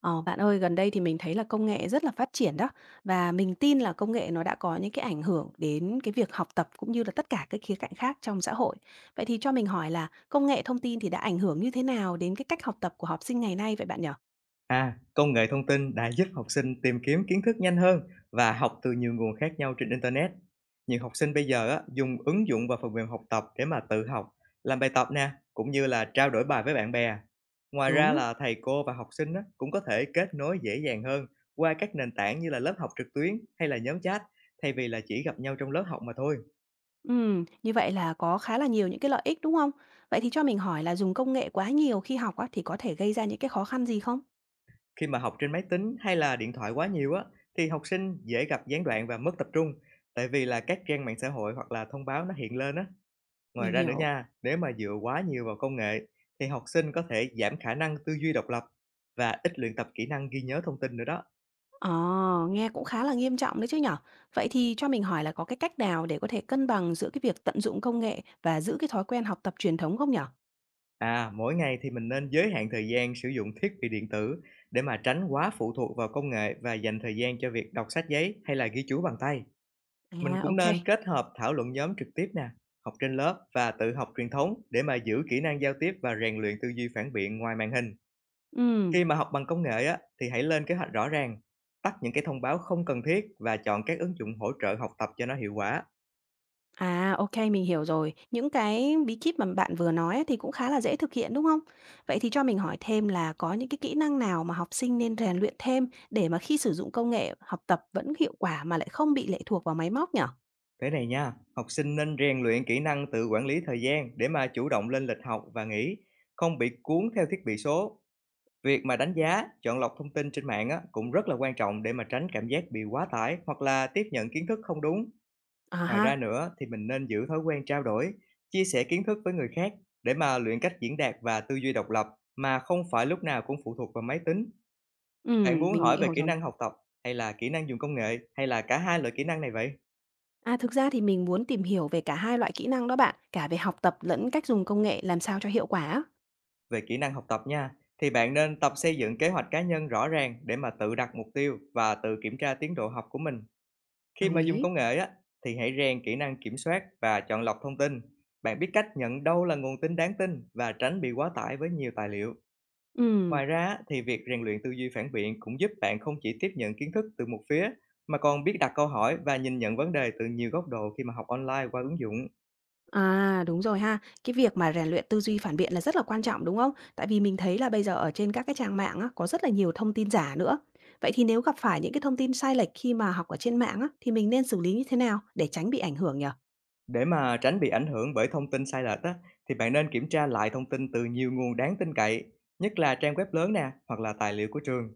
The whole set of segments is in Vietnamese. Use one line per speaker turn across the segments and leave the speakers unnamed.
Ờ, Bạn ơi, gần đây thì mình thấy là công nghệ rất là phát triển đó và mình tin là công nghệ nó đã có những cái ảnh hưởng đến cái việc học tập cũng như là tất cả các khía cạnh khác trong xã hội. Vậy thì cho mình hỏi là công nghệ thông tin thì đã ảnh hưởng như thế nào đến cái cách học tập của học sinh ngày nay vậy bạn nhỉ?
À, công nghệ thông tin đã giúp học sinh tìm kiếm kiến thức nhanh hơn và học từ nhiều nguồn khác nhau trên internet. Nhiều học sinh bây giờ á, dùng ứng dụng và phần mềm học tập để mà tự học, làm bài tập nè, cũng như là trao đổi bài với bạn bè. Ngoài ra
Đúng.
là thầy cô và học sinh á, cũng có thể kết nối dễ dàng hơn qua các nền tảng như là lớp học trực tuyến hay là nhóm chat thay vì là chỉ gặp nhau trong lớp học mà thôi.
Như vậy là có khá là nhiều những cái lợi ích đúng không? Vậy thì cho mình hỏi là dùng công nghệ quá nhiều khi học á, thì có thể gây ra những cái khó khăn gì không?
Khi mà học trên máy tính hay là điện thoại quá nhiều á, thì học sinh dễ gặp gián đoạn và mất tập trung, tại vì là các trang mạng xã hội hoặc là thông báo nó hiện lên á. Ngoài
Mình
ra nữa
hiểu.
nha, nếu mà dựa quá nhiều vào công nghệ thì học sinh có thể giảm khả năng tư duy độc lập và ít luyện tập kỹ năng ghi nhớ thông tin nữa đó.
Ờ, nghe cũng khá là nghiêm trọng đấy chứ nhở. Vậy thì cho mình hỏi là có cái cách nào để có thể cân bằng giữa cái việc tận dụng công nghệ và giữ cái thói quen học tập truyền thống không nhở?
À, mỗi ngày thì mình nên giới hạn thời gian sử dụng thiết bị điện tử để mà tránh quá phụ thuộc vào công nghệ và dành thời gian cho việc đọc sách giấy hay là ghi chú bằng tay. Mình
À,
cũng
ok kê.
nên kết hợp thảo luận nhóm trực tiếp nè, học trên lớp và tự học truyền thống để mà giữ kỹ năng giao tiếp và rèn luyện tư duy phản biện ngoài màn hình. Khi mà học bằng công nghệ á, thì hãy lên kế hoạch rõ ràng, tắt những cái thông báo không cần thiết và chọn các ứng dụng hỗ trợ học tập cho nó hiệu quả.
À, ok mình hiểu rồi. Những cái bí kíp mà bạn vừa nói ấy thì cũng khá là dễ thực hiện, đúng không? Vậy thì cho mình hỏi thêm là có những cái kỹ năng nào mà học sinh nên rèn luyện thêm để mà khi sử dụng công nghệ học tập vẫn hiệu quả mà lại không bị lệ thuộc vào máy móc nhở?
Thế này nha, học sinh nên rèn luyện kỹ năng tự quản lý thời gian để mà chủ động lên lịch học và nghỉ, không bị cuốn theo thiết bị số. Việc mà đánh giá, chọn lọc thông tin trên mạng á, cũng rất là quan trọng để mà tránh cảm giác bị quá tải hoặc là tiếp nhận kiến thức không đúng.
À
Ngoài ra
ha.
nữa thì mình nên giữ thói quen trao đổi, chia sẻ kiến thức với người khác để mà luyện cách diễn đạt và tư duy độc lập mà không phải lúc nào cũng phụ thuộc vào máy tính. Bạn
Ừm,
muốn
mình
hỏi
nghĩ
về
hồi.
kỹ năng học tập hay là kỹ năng dùng công nghệ hay là cả hai loại kỹ năng này vậy?
À, thực ra thì mình muốn tìm hiểu về cả hai loại kỹ năng đó bạn, cả về học tập lẫn cách dùng công nghệ làm sao cho hiệu quả á.
Về kỹ năng học tập nha, thì bạn nên tập xây dựng kế hoạch cá nhân rõ ràng để mà tự đặt mục tiêu và tự kiểm tra tiến độ học của mình. Khi
Đồng
mà dùng
ý.
công nghệ á, thì hãy rèn kỹ năng kiểm soát và chọn lọc thông tin. Bạn biết cách nhận đâu là nguồn tin đáng tin và tránh bị quá tải với nhiều tài liệu.
Ừm.
Ngoài ra thì việc rèn luyện tư duy phản biện cũng giúp bạn không chỉ tiếp nhận kiến thức từ một phía mà còn biết đặt câu hỏi và nhìn nhận vấn đề từ nhiều góc độ khi mà học online qua ứng dụng.
À, đúng rồi ha. Cái việc mà rèn luyện tư duy phản biện là rất là quan trọng, đúng không? Tại vì mình thấy là bây giờ ở trên các cái trang mạng á, có rất là nhiều thông tin giả nữa. Vậy thì nếu gặp phải những cái thông tin sai lệch khi mà học ở trên mạng á, thì mình nên xử lý như thế nào để tránh bị ảnh hưởng nhở?
Để mà tránh bị ảnh hưởng bởi thông tin sai lệch á, thì bạn nên kiểm tra lại thông tin từ nhiều nguồn đáng tin cậy, nhất là trang web lớn nè hoặc là tài liệu của trường.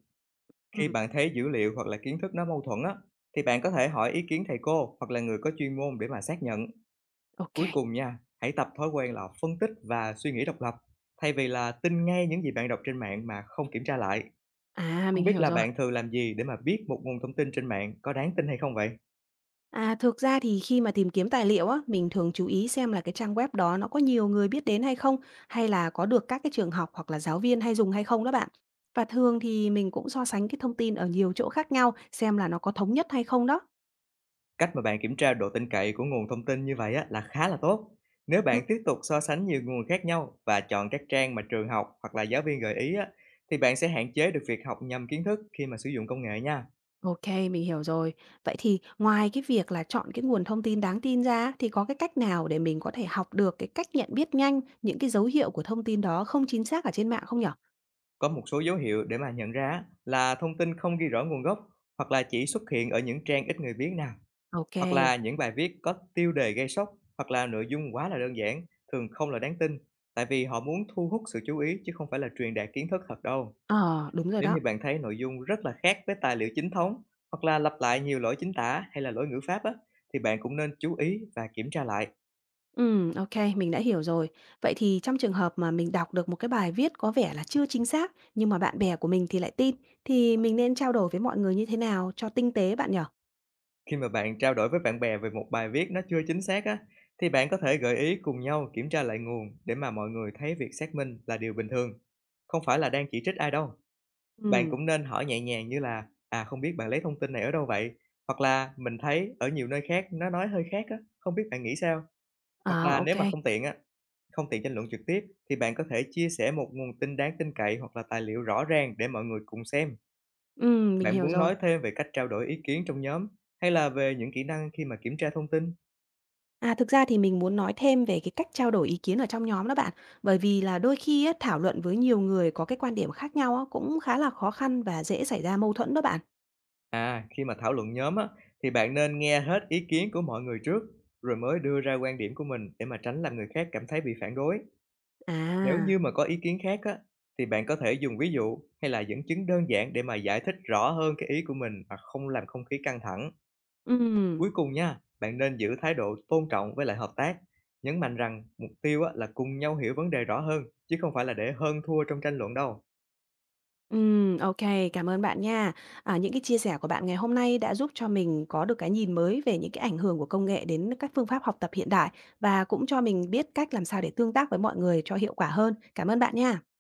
Khi
Ừ.
bạn thấy dữ liệu hoặc là kiến thức nó mâu thuẫn á, thì bạn có thể hỏi ý kiến thầy cô hoặc là người có chuyên môn để mà xác nhận.
Ok.
Cuối cùng nha, hãy tập thói quen là phân tích và suy nghĩ độc lập, thay vì là tin ngay những gì bạn đọc trên mạng mà không kiểm tra lại.
À,
Không
mình
biết
hiểu
là
rồi.
bạn thường làm gì để mà biết một nguồn thông tin trên mạng có đáng tin hay không vậy?
À, thực ra thì khi mà tìm kiếm tài liệu á, mình thường chú ý xem là cái trang web đó nó có nhiều người biết đến hay không, hay là có được các cái trường học hoặc là giáo viên hay dùng hay không đó bạn. Và thường thì mình cũng so sánh cái thông tin ở nhiều chỗ khác nhau xem là nó có thống nhất hay không đó.
Cách mà bạn kiểm tra độ tin cậy của nguồn thông tin như vậy á, là khá là tốt. Nếu
Ừ.
bạn tiếp tục so sánh nhiều nguồn khác nhau và chọn các trang mà trường học hoặc là giáo viên gợi ý á, thì bạn sẽ hạn chế được việc học nhầm kiến thức khi mà sử dụng công nghệ nha.
Ok, mình hiểu rồi. Vậy thì ngoài cái việc là chọn cái nguồn thông tin đáng tin ra thì có cái cách nào để mình có thể học được cái cách nhận biết nhanh những cái dấu hiệu của thông tin đó không chính xác ở trên mạng không nhở?
Có một số dấu hiệu để mà nhận ra á, là thông tin không ghi rõ nguồn gốc hoặc là chỉ xuất hiện ở những trang ít người biết nè.
Ok.
Hoặc là những bài viết có tiêu đề gây sốc, hoặc là nội dung quá là đơn giản, thường không là đáng tin, tại vì họ muốn thu hút sự chú ý chứ không phải là truyền đạt kiến thức thật đâu.
Ờ, đúng rồi
Nếu như
đó.
bạn thấy nội dung rất là khác với tài liệu chính thống, hoặc là lặp lại nhiều lỗi chính tả hay là lỗi ngữ pháp á, thì bạn cũng nên chú ý và kiểm tra lại.
Ok, mình đã hiểu rồi. Vậy thì trong trường hợp mà mình đọc được một cái bài viết có vẻ là chưa chính xác, nhưng mà bạn bè của mình thì lại tin, thì mình nên trao đổi với mọi người như thế nào cho tinh tế bạn nhở?
Khi mà bạn trao đổi với bạn bè về một bài viết nó chưa chính xác á, thì bạn có thể gợi ý cùng nhau kiểm tra lại nguồn để mà mọi người thấy việc xác minh là điều bình thường, không phải là đang chỉ trích ai đâu. Bạn
Ừm.
cũng nên hỏi nhẹ nhàng như là "À, không biết bạn lấy thông tin này ở đâu vậy?" Hoặc là "Mình thấy ở nhiều nơi khác nó nói hơi khác á, không biết bạn nghĩ sao?" Hoặc là
À,
nếu
ok.
mà không tiện á, không tiện tranh luận trực tiếp thì bạn có thể chia sẻ một nguồn tin đáng tin cậy hoặc là tài liệu rõ ràng để mọi người cùng xem.
Ừm, mình
Bạn
hiểu
muốn
rồi.
nói thêm về cách trao đổi ý kiến trong nhóm hay là về những kỹ năng khi mà kiểm tra thông tin?
À, thực ra thì mình muốn nói thêm về cái cách trao đổi ý kiến ở trong nhóm đó bạn, bởi vì là đôi khi á, thảo luận với nhiều người có cái quan điểm khác nhau á, cũng khá là khó khăn và dễ xảy ra mâu thuẫn đó bạn.
À, khi mà thảo luận nhóm á, thì bạn nên nghe hết ý kiến của mọi người trước, rồi mới đưa ra quan điểm của mình để mà tránh làm người khác cảm thấy bị phản đối. Nếu
À.
như mà có ý kiến khác á, thì bạn có thể dùng ví dụ hay là dẫn chứng đơn giản để mà giải thích rõ hơn cái ý của mình mà không làm không khí căng thẳng.
Ừm.
Cuối cùng nha, bạn nên giữ thái độ tôn trọng với lại hợp tác, nhấn mạnh rằng mục tiêu á, là cùng nhau hiểu vấn đề rõ hơn, chứ không phải là để hơn thua trong tranh luận đâu.
Ok, cảm ơn bạn nha. À, những cái chia sẻ của bạn ngày hôm nay đã giúp cho mình có được cái nhìn mới về những cái ảnh hưởng của công nghệ đến các phương pháp học tập hiện đại và cũng cho mình biết cách làm sao để tương tác với mọi người cho hiệu quả hơn. Cảm ơn bạn nha.